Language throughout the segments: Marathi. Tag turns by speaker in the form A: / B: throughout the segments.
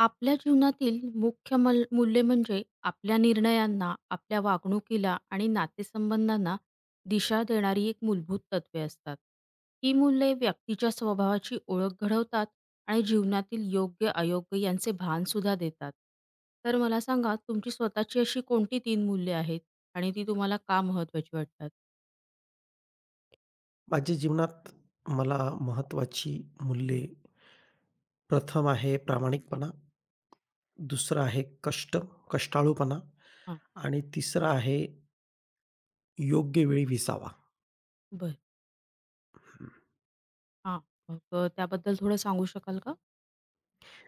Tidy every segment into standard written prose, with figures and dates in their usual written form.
A: आपल्या जीवनातील मुख्य मूल्य म्हणजे आपल्या निर्णयांना, आपल्या वागणुकीला आणि नातेसंबंधांना दिशा देणारी एक मूलभूत तत्वे असतात. ही मूल्ये व्यक्तीच्या स्वभावाची ओळख घडवतात आणि जीवनातील योग्य-अयोग्य यांचे भानसुद्धा देतात. तर मला सांगा, तुमची स्वतःची अशी कोणती 3 मूल्ये आहेत आणि ती तुम्हाला का महत्त्वाची वाटतात?
B: माझ्या जीवनात मला महत्त्वाची मूल्ये प्रथम आहे प्रामाणिकपणा, दुसरं आहे कष्ट, कष्टाळूपणा
A: हां,
B: आणि तिसरं आहे योग्य वेळी विसावा.
A: बरं. हां, मग त्याबद्दल थोडं सांगू शकाल का?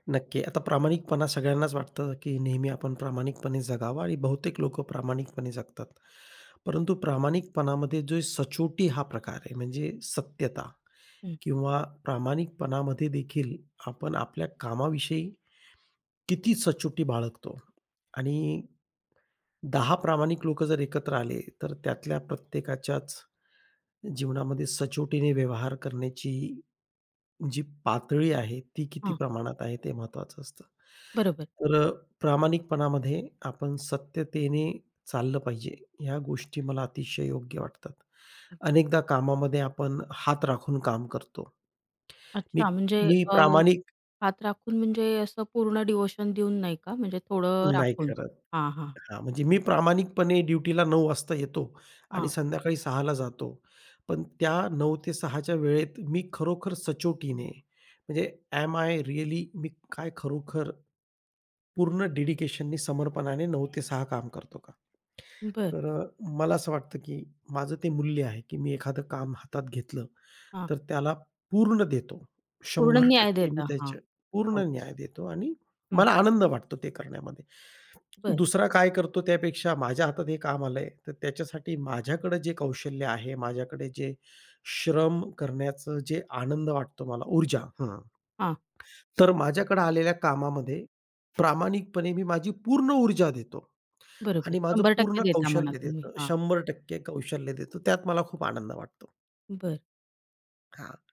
B: नक्की. आता प्रामाणिकपणा सगळ्यांनाच वाटतं, की नेहमी आपण प्रामाणिकपणे जगावं आणि बहुतेक लोकं प्रामाणिकपणे जगतात. परंतु प्रामाणिकपणामध्ये जो सचोटी हा प्रकार आहे म्हणजे सत्यता
A: हं,
B: किंवा प्रामाणिकपणामध्ये देखील आपण आपल्या कामाविषयी किती सचोटी बाळगतो आणि 10 प्रामाणिक लोकं जर एकत्र आले, तर त्यातल्या प्रत्येकाच्याच जीवनामध्ये सचोटीने व्यवहार करण्याची जी पातळी आहे, ती किती
A: हां,
B: प्रमाणात आहे ते महत्त्वाचं असतं.
A: बरोबर.
B: तर अ, प्रामाणिकपणामध्ये आपण सत्यतेने चाललं पाहिजे, ह्या गोष्टी मला अतिशय योग्य वाटतात. अनेकदा कामामध्ये आपण हात राखून काम करतो. मी
A: अच्छा, म्हणजे
B: मी
A: अ
B: प्रामाणिक
A: हात राखून म्हणजे असं पूर्ण डिव्होशन देऊन नाही का? म्हणजे थोडं
B: नाही
A: राखून?
B: करत.
A: हां, हां,
B: हां, म्हणजे मी प्रामाणिकपणे ड्युटीला 9:00 वाजता येतो आणि
A: हां.
B: संध्याकाळी सहाला जातो. पण त्या 9:00 ते 6:00 च्या वेळेत मी खरोखर सचोटीने म्हणजे ॲम आय रिअली मी काय खरोखर पूर्ण डेडिकेशननी, समर्पणाने 9 ते 6 काम करतो का?
A: बरं.
B: तर अ, मला असं वाटतं, की माझं ते मूल्य आहे, की मी एखादं काम हातात घेतलं,
A: हां.
B: तर त्याला पूर्ण देतो.
A: पूर्ण न्याय
B: 100% मी
A: देता. हां.
B: त्याचे पूर्ण
A: हो.
B: न्याय देतो आणि
A: हं.
B: मला आनंद वाटतो ते करण्यामध्ये.
A: बरं.
B: दुसरा काय करतो त्यापेक्षा माझ्या हातात हे काम आलंय, तर त्याच्यासाठी माझ्याकडे जे कौशल्य आहे, माझ्याकडे जे श्रम करण्याचं जे आनंद वाटतो मला ऊर्जा हां.
A: हां.
B: तर माझ्याकडे आलेल्या कामामध्ये प्रामाणिकपणे मी माझी पूर्ण ऊर्जा देतो
A: बरोबर.
B: आणि माझं
A: 100%
B: पूर्ण
A: देता म्हणा
B: कौशल्य
A: तुम्ही.
B: देतो.
A: हां.
B: 100% कौशल्य देतो. त्यात मला खूप आनंद वाटतो.
A: बरं.
B: हां.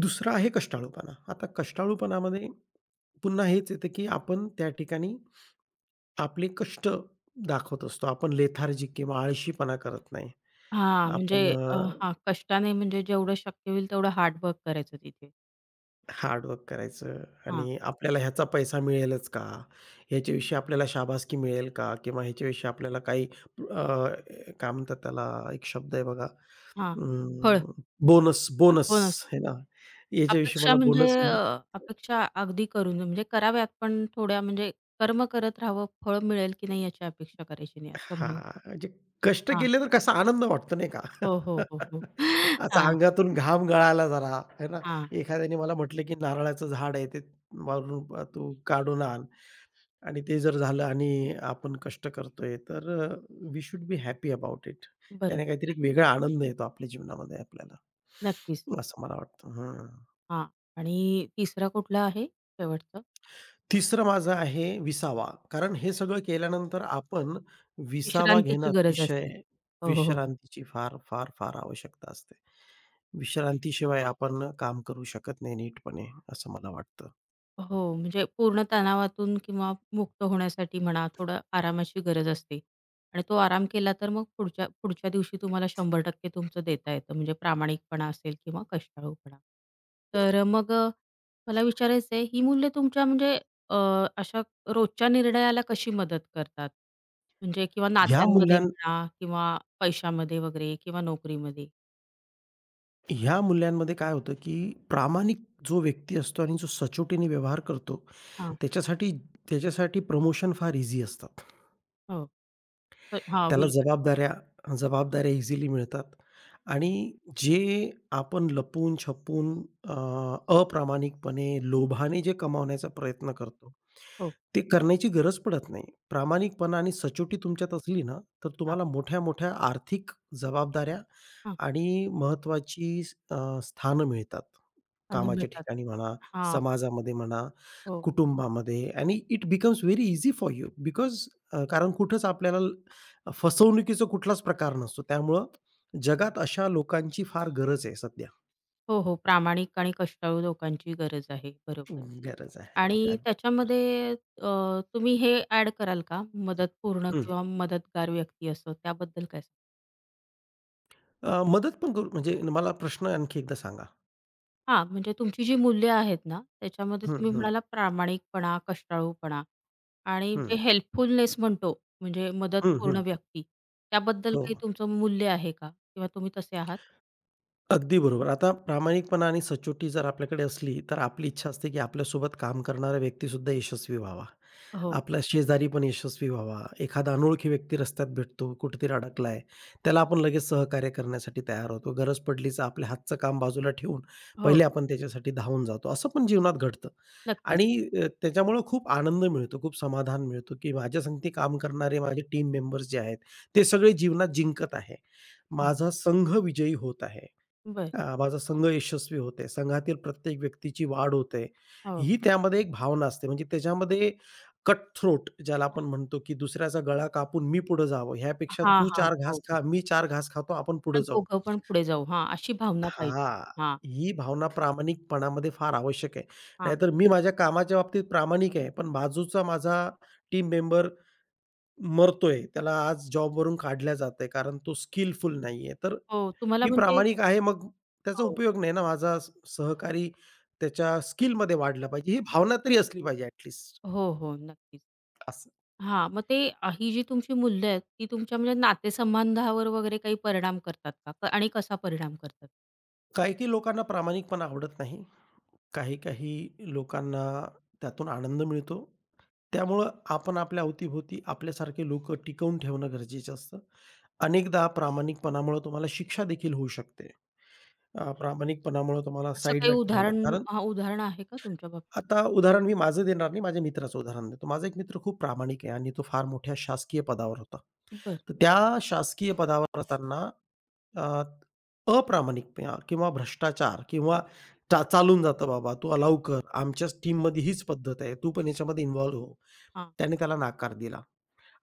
B: दुसरा आहे कष्टाळूपणा. आता कष्टाळूपणामध्ये पुन्हा हेच येतं, की आपण त्या ठिकाणी आपले कष्ट दाखवत असतो. आपण लेथार्जिक किंवा आळशीपणा करत नाही.
A: हां.
B: आपण अ
A: अ, हां, कष्टाने म्हणजे जेवढं शक्य होईल तेवढं हार्ड करायचं तिथे.
B: हार्ड वर्क करायचं
A: हां,
B: आणि आपल्याला ह्याचा पैसा मिळेलच का? ह्याच्याविषयी आपल्याला शाबासकी मिळेल का? किंवा ह्याच्याविषयी आपल्याला काही अ, काय म्हणतात त्याला एक शब्द आहे बघा
A: हां. फळ.
B: बोनस बोनस
A: हो ना.
B: आहे ना. याच्याविषयी
A: अपेक्षा
B: मला बोनस
A: अपेक्षा अगदी करून म्हणजे कराव्यात, पण थोड्या म्हणजे कर्म करत राहावं, फळ मिळेल की नाही याची अपेक्षा करायची नाही असं म्हणायचं.
B: हां, म्हणजे कष्ट केले तर कसा आनंद वाटतो नाही का?
A: हो, हो, हो, हो.
B: असा
A: हां,
B: अंगातून घाम गळाला जरा, आहे ना?
A: हां.
B: एखाद्याने मला म्हटलं, की नारळाचं झाड आहे ते वरून तू काढून आण. आणि ते जर झालं आणि आपण कष्ट करतोय, तर we should be happy about it.
A: बरोबर.
B: त्याने काहीतरी एक वेगळा आनंद येतो आपल्या जीवनामध्ये आपल्याला.
A: नक्कीच.
B: असं मला वाटतं. हं.
A: हां. आणि तिसरा कुठला आहे शेवटचा?
B: तिसरं माझं आहे विसावा. कारण हे सगळं केल्यानंतर आपण विसावा घेणं
A: विश्रांतीची गरज
B: अतिशय
A: असते. हो, हो, हो,
B: विश्रांतीची फार, फार, फार आवश्यकता असते. विश्रांतीशिवाय आपण काम करू शकत नाही नीटपणे, असं मला वाटतं.
A: हो, म्हणजे पूर्ण तणावातून किंवा मुक्त होण्यासाठी म्हणा, थोडं आरामाची गरज असते आणि तो आराम केला तर मग पुढच्या पुढच्या दिवशी तुम्हाला 100% तुमचं देता येतं, म्हणजे प्रामाणिकपणा असेल किंवा कष्टाळूपणा. तर अ, मग अ, मला विचारायचं आहे, ही मूल्य तुमच्या म्हणजे अ, अशा रोजच्या निर्णयाला कशी मदत करतात? म्हणजे किंवा
B: ह्या
A: नात्यांमध्ये
B: मूल्यांना
A: म्हणा किंवा पैशामध्ये वगैरे किंवा नोकरीमध्ये?
B: ह्या मूल्यांमध्ये काय होतं, की प्रामाणिक जो व्यक्ती असतो आणि जो सचोटीने व्यवहार करतो,
A: हां,
B: त्याच्यासाठी त्याच्यासाठी प्रमोशन फार ईझी असतात.
A: हो. तर हां,
B: त्याला
A: बरोबर.
B: जबाबदाऱ्या जबाबदाऱ्या इझिली मिळतात आणि जे आपण लपून-छपून अ, अप्रामाणिकपणे, लोभाने जे कमावण्याचा प्रयत्न करतो,
A: हो.
B: ते करण्याची गरज पडत नाही. प्रामाणिकपणा आणि सचोटी तुमच्यात असली ना, तर
A: हां,
B: तुम्हाला मोठ्या-मोठ्या आर्थिक जबाबदाऱ्या
A: हां.
B: आणि महत्त्वाची अ, स्थानं मिळतात. कामाच्या
A: मिळतात.
B: ठिकाणी म्हणा,
A: हां,
B: समाजामध्ये म्हणा,
A: हो.
B: कुटुंबामध्ये आणि it becomes very easy for you because कारण कुठंच आपल्याला फसवणुकीचा कुठलाच प्रकार नसतो. त्यामुळं जगात अशा लोकांची फार गरज आहे सध्या.
A: हो, हो. प्रामाणिक आणि कष्टाळू लोकांची गरज आहे. बरोबर.
B: गरज आहे.
A: आणि
B: अगदी
A: तुम्ही हे ॲड कराल का? मदतपूर्ण
B: हं.
A: किंवा मदतगार व्यक्ती, असं त्याबद्दल काय सांगाल?
B: मदत पण करू म्हणजे मला प्रश्न आणखी एकदा सांगा?
A: हां, म्हणजे तुमची जी मूल्य आहेत ना, त्याच्यामध्ये
B: हं,
A: तुम्ही
B: हं,
A: म्हणाला प्रामाणिकपणा, कष्टाळूपणा आणि जे
B: हं.
A: हेल्पफुलनेस म्हणतो, म्हणजे
B: हं,
A: मदतपूर्ण
B: हं.
A: व्यक्ती, त्याबद्दल
B: हो.
A: काही तुमचं मूल्य आहे का? किंवा तुम्ही तसे आहात?
B: अगदी बरोबर. आता प्रामाणिकपणा आणि सचोटी जर आपल्याकडे असली, तर आपली इच्छा असते, की आपल्यासोबत काम करणारा व्यक्तीसुद्धा यशस्वी व्हावा.
A: हो,
B: आपला शेजारी पण यशस्वी व्हावा. एखादा अनोळखी व्यक्ती रस्त्यात भेटतो, कुठेतरी अडकलाय, त्याला आपण लगेच सहकार्य करण्यासाठी तयार होतो. गरज पडलीच आपल्या हातचं काम बाजूला ठेवून,
A: हो.
B: पहिले आपण त्याच्यासाठी धावून जातो. असं पण जीवनात घडतं
A: नक्कीच.
B: आणि त्याच्यामुळं खूप आनंद मिळतो, खूप समाधान मिळतो, की माझ्या संगती काम करणारे माझे टीम मेंबर्स जे आहेत, ते सगळे जीवनात जिंकत आहे.
A: हां,
B: माझा संघ विजयी होत आहे.
A: बरं.
B: माझा संघ यशस्वी होतोय, संघातील प्रत्येक व्यक्तीची वाढ होते.
A: हो.
B: ही त्यामध्ये एक भावना असते. म्हणजे त्याच्यामध्ये कट थ्रोट ज्याला आपण म्हणतो, की दुसऱ्याचा गळा कापून मी पुढे जावं. ह्यापेक्षा
A: हां,
B: तू
A: हां.
B: चार
A: हो.
B: घास
A: हो,
B: खा, मी चार घास खातो, आपण
A: आता
B: पुढे जाऊ.
A: दोघं पण पुढे जाऊ. हां, अशी भावना पाहिजे.
B: हां,
A: हां,
B: ही भावना प्रामाणिकपणामध्ये फार आवश्यक आहे.
A: हां.
B: नाहीतर मी माझ्या कामाच्या बाबतीत प्रामाणिक आहे, पण बाजूचा माझा टीम मेंबर मरतोय, त्याला आज जॉबवरून काढलं जातंय, कारण तो स्किलफुल नाहीये. तर
A: हो, तुम्हाला
B: मी
A: म्हणजे
B: प्रामाणिक आहे, मग त्याचा
A: हो,
B: उपयोग नाही ना, माझा स सहकारी त्याच्या स्किलमध्ये वाढला पाहिजे, ही भावना तरी असली पाहिजे ॲट लिस्ट
A: हो, हो, नक्कीच.
B: असं.
A: हां, ही जी तुमची मूल्य आहेत, ती तुमच्या म्हणजे नातेसंबंधावर वगैरे काही परिणाम करतात का? आणि कसा परिणाम करतात?
B: काही-काही लोकांना प्रामाणिकपणा आवडत नाही. काही-काही लोकांना त्यातून आनंद मिळतो. त्यामुळं आपण आपल्या अवतीभोवती आपल्यासारखे लोकं टिकवून ठेवणं गरजेचं असतं. अनेकदा प्रामाणिकपणामुळं तुम्हाला शिक्षा देखील होऊ शकते. प्रामाणिकपणामुळं तुम्हाला
A: असं काही
B: साईडला ठेवणं
A: उदाहरण,
B: कारण
A: हां, उदाहरण आहे का तुमच्या बाबतीत?
B: आता उदाहरण मी माझं देणार नाही, माझ्या मित्राचं उदाहरण देतो. माझा एक मित्र खूप प्रामाणिक आहे आणि तो फार मोठ्या शासकीय पदावर होता.
A: बरं.
B: तर त्या शासकीय पदावर असताना अ, अप्रामाणिकपणा किंवा भ्रष्टाचार किंवा चा चालून जातं, "बाबा तू अलाऊ कर, आमच्याच टीममध्ये हीच पद्धत आहे, तू पण याच्यामध्ये इन्व्हॉल्व हो."
A: हां,
B: त्याने त्याला नकार दिला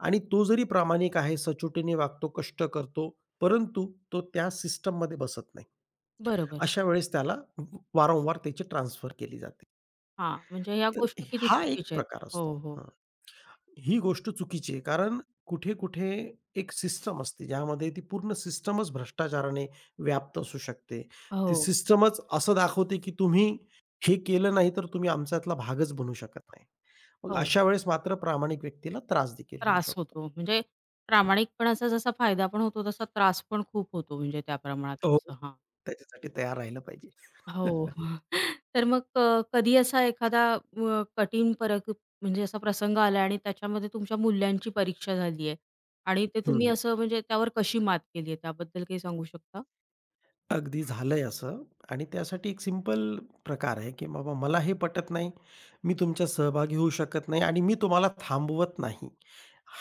B: आणि तो जरी प्रामाणिक आहे, सचोटीने वागतो, कष्ट करतो, परंतु तो त्या सिस्टममध्ये बसत नाही.
A: बरोबर.
B: अशा वेळेस त्याला वारंवार त्याची ट्रान्सफर केली जाते.
A: हां, म्हणजे ह्या
B: तर
A: गोष्टी किती
B: हा एक
A: चुकीच्या आहेत.
B: प्रकार असतो.
A: हो, हो.
B: ही गोष्ट चुकीची आहे. कारण कुठे-कुठे एक सिस्टम असते, ज्यामध्ये ती पूर्ण सिस्टमच भ्रष्टाचाराने व्याप्त असू शकते. ती
A: हो,
B: सिस्टमच असं दाखवते, की तुम्ही हे केलं नाही, तर तुम्ही आमच्यातला भागच बनू शकत नाही. मग
A: हो.
B: अशा वेळेस मात्र प्रामाणिक व्यक्तीला त्रास देखील होऊ
A: त्रास
B: शकतो.
A: होतो. म्हणजे प्रामाणिकपणाचा जसा फायदा पण होतो, तसा त्रास पण खूप होतो म्हणजे त्या प्रमाणात.
B: हो.
A: असं हां.
B: त्याच्यासाठी तयार राहिलं पाहिजे.
A: हो. तर कधी असा एखादा कठीण परक म्हणजे असा प्रसंग आला आणि त्याच्यामध्ये तुमच्या मूल्यांची परीक्षा झाली आहे आणि ते तुम्ही
B: हं.
A: असं म्हणजे त्यावर कशी मात केली आहे, त्याबद्दल काही सांगू शकता?
B: अगदी झालंय असं आणि त्यासाठी एक सिंपल प्रकार आहे, की बाबा मला हे पटत नाही, मी तुमच्यात सहभागी होऊ शकत नाही आणि मी तुम्हाला थांबवत नाही.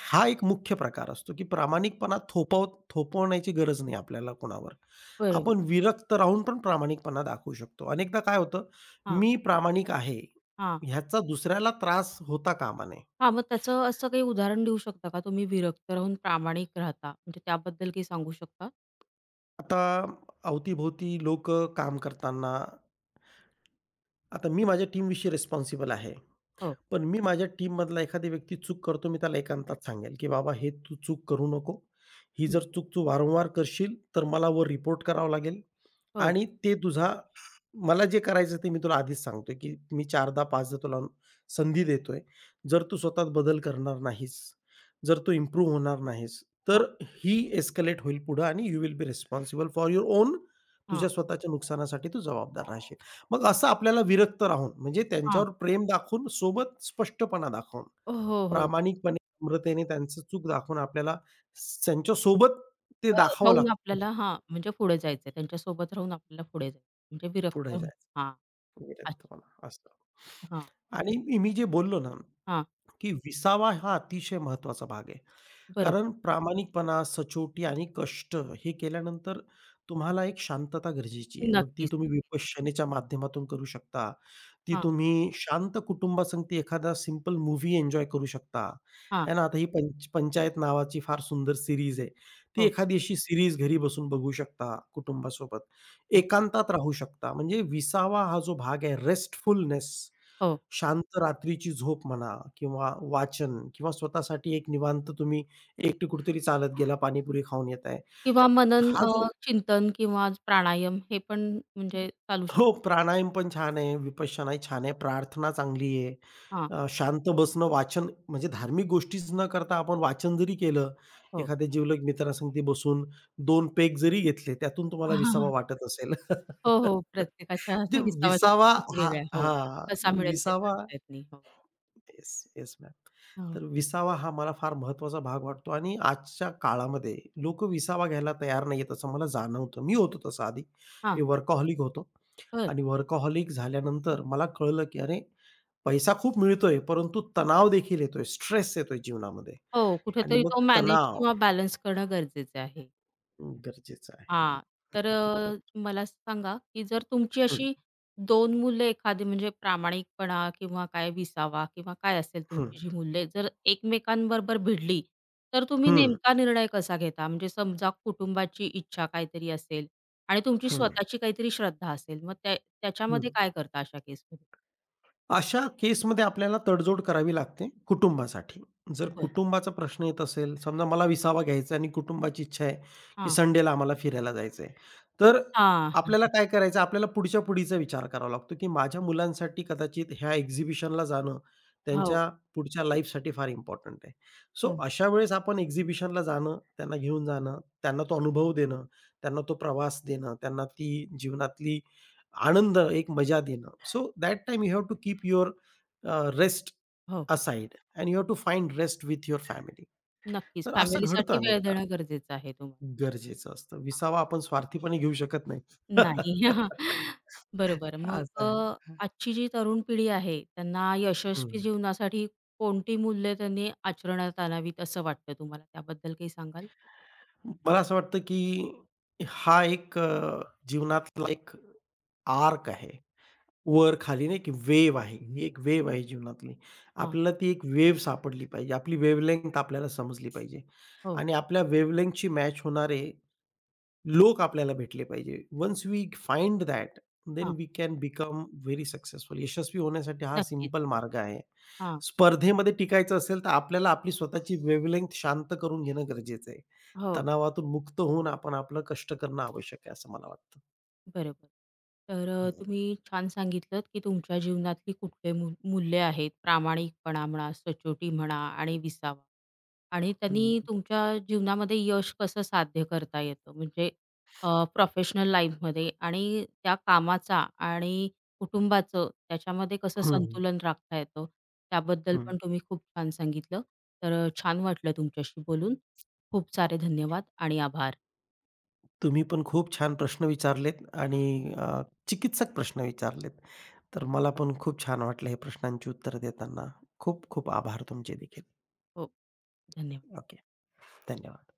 B: हा एक मुख्य प्रकार असतो, की प्रामाणिकपणा थोपवण्याची गरज नाही आपल्याला कोणावर.
A: बरोबर.
B: आपण विरक्त राहून पण प्रामाणिकपणा दाखवू शकतो. अनेकदा काय होतं,
A: हां,
B: मी प्रामाणिक आहे,
A: हां.
B: ह्याचा दुसऱ्याला त्रास होता कामा नये.
A: हां, मग त्याचं असं काही उदाहरण देऊ शकता का? तुम्ही विरक्त राहून प्रामाणिक राहता म्हणजे त्याबद्दल काही सांगू शकता?
B: आता अवती-भोवती लोक काम करताना आता मी माझ्या टीमविषयी रिस्पॉन्सिबल आहे.
A: हो.
B: पण मी माझ्या टीममधला एखादी व्यक्ती चूक करतो, मी त्याला एकांतात सांगेल, की "बाबा हे तू चूक करू नको. ही
A: हं.
B: जर चूक तू वारंवार करशील, तर मला वर रिपोर्ट करावं लागेल
A: हो.
B: आणि ते तुझा मला जे करायचं ते मी तुला आधीच सांगतोय, की मी चारदा 5दा तुला संधी देतोय. जर तू स्वतःत बदल करणार नाहीस, जर तू इम्प्रूव्ह होणार नाहीस, तर
A: हां,
B: ही एस्केलेट होईल पुढं आणि you will be responsible for your own
A: हां,
B: तुझ्या स्वतःच्या नुकसानासाठी तू जबाबदार राहशील." मग असं आपल्याला विरक्त राहून, म्हणजे
A: हां.
B: त्यांच्यावर प्रेम दाखवून, सोबत स्पष्टपणा दाखवून,
A: हो, हो.
B: प्रामाणिकपणे, नम्रतेने त्यांचं चूक दाखवून आपल्याला त्यांच्यासोबत ते
A: अ,
B: दाखवावं
A: राहून
B: लागतं,
A: आपल्याला, हां, म्हणजे पुढे जायचंय. त्यांच्यासोबत राहून आपल्याला पुढे जायचं म्हणजे विरक्त
B: पुढे
A: राहून.
B: जायचं
A: हां. अच्छा.
B: विरक्तपणा असं.
A: हां,
B: आणि मी मी जे बोललो ना, की विसावा हा अतिशय महत्त्वाचा भाग आहे.
A: बरोबर.
B: कारण प्रामाणिकपणा, सचोटी आणि कष्ट हे केल्यानंतर तुम्हाला एक शांतता गरजेची आहे. मग ती
A: नक्कीच,
B: तुम्ही
A: नक्कीच.
B: विपश्यनेच्या माध्यमातून करू शकता. ती
A: हां,
B: तुम्ही शांत कुटुंबासंगती एखादा सिंपल मूव्ही एन्जॉय करू शकता.
A: हां.
B: आहे ना, आता ही पंचायत नावाची फार सुंदर सीरीज आहे. ती
A: हो,
B: एखादी अशी सीरीज घरी बसून बघू शकता कुटुंबासोबत.
A: हां.
B: एकांतात राहू शकता. म्हणजे विसावा हा जो भाग आहे रेस्टफुलनेस
A: हो.
B: शांत रात्रीची झोप म्हणा किंवा वाचन किंवा स्वतःसाठी एक निवांत तुम्ही एकटे कुठेतरी चालत गेला, पाणीपुरी खाऊन येताय.
A: किंवा मनन
B: हा
A: अ,
B: जो
A: चिंतन किंवा प्राणायाम हे पण म्हणजे चालू शकतो.
B: हो, प्राणायाम पण छान आहे, विपश्यनाही छान आहे, प्रार्थना चांगली आहे.
A: हां,
B: शांत बसणं, वाचन म्हणजे धार्मिक गोष्टीच न करता आपण वाचन जरी केलं,
A: हो.
B: एखाद्या जिवलग मित्रासंगती बसून 2 पेग जरी घेतले, त्यातून तुम्हाला विसावा वाटत असेल.
A: हो, हो.
B: म्हणजे
A: प्रत्येकाच्या अशा विसाव्याच्या
B: विसावा
A: पद्धती
B: हा
A: वेगळ्या. हो.
B: हां,
A: कसा मिळेल काही
B: विसावा
A: सांगता येत नाही. हो.
B: Yes, yes ma'am.
A: हो.
B: तर विसावा हा मला फार महत्त्वाचा भाग वाटतो आणि आजच्या काळामध्ये लोक विसावा घ्यायला तयार नाहीयेत असं मला जाणवतं. मी होतो तसं आधी.
A: हां.
B: मी वर्कहॉलिक होतो
A: बरं.
B: आणि वर्कहॉलिक झाल्यानंतर मला कळलं, की अरे पैसा खूप मिळतोय, परंतु तणाव देखील येतोय, स्ट्रेस येतोय जीवनामध्ये
A: हो.
B: आणि
A: कुठेतरी
B: मग
A: तो मॅनेज
B: तणाव
A: किंवा बॅलन्स करणं गरजेचं आहे.
B: गरजेचं आहे.
A: हां. तर
B: अगदी
A: अ,
B: बरोबर.
A: मला सांगा, की जर तुमची
B: हं,
A: अशी 2 मूल्य एखादी म्हणजे प्रामाणिकपणा किंवा काय विसावा किंवा काय असेल,
B: हं,
A: तुमची जी मूल्ये जर एकमेकांबरोबर भिडली, तर तुम्ही
B: हं,
A: नेमका निर्णय कसा घेता? म्हणजे समजा कुटुंबाची इच्छा काहीतरी असेल आणि तुमची
B: हं,
A: स्वतःची काहीतरी श्रद्धा असेल, मग
B: हं.
A: त्याच्यामध्ये काय करता अशा केसमध्ये?
B: अशा केसमध्ये आपल्याला तडजोड करावी लागते कुटुंबासाठी. जर
A: बरं.
B: कुटुंबाचा प्रश्न येत असेल, समजा मला विसावा घ्यायचा आहे आणि कुटुंबाची इच्छा आहे, की
A: हां.
B: संडेला आम्हाला फिरायला जायचं आहे. तर
A: हां.
B: आपल्याला काय करायचं, आपल्याला पुढच्या पुढीचा विचार करावा लागतो, की माझ्या मुलांसाठी कदाचित ह्या एक्झिबिशनला जाणं
A: हो,
B: त्यांच्या पुढच्या लाईफसाठी फार इम्पोर्टंट आहे. सो
A: हो,
B: अशा वेळेस आपण एक्झिबिशनला जाणं, त्यांना घेऊन जाणं, त्यांना तो अनुभव देणं, त्यांना तो प्रवास देणं, त्यांना ती जीवनातली आनंद, एक मजा देणं. So that time you have to keep your rest
A: हो.
B: Aside and you have to find rest with your family.
A: नक्कीच
B: तर असं घडतं
A: फॅमिलीसाठी वेळ
B: अनेकदा.
A: देणं गरजेचं आहे तुम्हाला त्याच्यामध्ये.
B: गरजेचं असतं. विसावा आपण स्वार्थीपणे घेऊ शकत नाही.
A: नाही. बरोबर.
B: असं आहे.
A: आजची जी तरुण पिढी आहे, त्यांना यशस्वी
B: हं.
A: जीवनासाठी कोणती मूल्य त्यांनी आचरणात आणावीत असं वाटतं तुम्हाला? त्याबद्दल काही सांगाल?
B: मला असं वाटतं, की हा एक जीवनातला एक आर्क आहे. वर-खाली नाही की वेव्ह आहे. ही एक वेव्ह आहे जीवनातली.
A: हां.
B: आपल्याला ती एक वेव्ह सापडली पाहिजे. आपली वेव्हलेंग्थ आपल्याला समजली पाहिजे
A: हो.
B: आणि आपल्या वेव्हलेंग्थची मॅच होणारे लोक आपल्याला भेटले पाहिजे. Once we find that, then
A: हां.
B: We can become very successful. यशस्वी होण्यासाठी हा
A: नक्कीच.
B: सिंपल मार्ग आहे.
A: हां.
B: स्पर्धेमध्ये टिकायचं असेल तर आपल्याला आपली स्वतःची वेव्हलेंग्थ शांत करून घेणं गरजेचं आहे.
A: हो.
B: तणावातून मुक्त होऊन आपण आपलं कष्ट करणं आवश्यक आहे असं मला वाटतं.
A: बरोबर.
B: हं,
A: तुम्ही छान सांगितलत, की तुमच्या जीवनातली कुठले मूल मूल्य आहेत, प्रामाणिकपणा म्हणा, सचोटी म्हणा आणि विसावा. आणि
B: हं.
A: त्यांनी तुमच्या जीवनामध्ये यश कसं साध्य करता येतं, म्हणजे प्रोफेशनल लाईफमध्ये आणि त्या कामाचा आणि कुटुंबाचं त्याच्यामध्ये कसं
B: हं,
A: संतुलन राखता येतं, त्याबद्दल पण तुम्ही खूप छान सांगितलं. छान वाटलं तुमच्याशी बोलून. खूप सारे धन्यवाद आणि आभार.
B: तुम्ही पण खूप छान प्रश्न विचारलेत आणि चिकित्सक प्रश्न विचारलेत. तर
A: हो,
B: मला पण खूप छान वाटलं हे प्रश्नांची उत्तरं देताना. खूप खूप आभार तुमचे देखील.
A: हो. धन्यवाद.
B: ओके. धन्यवाद.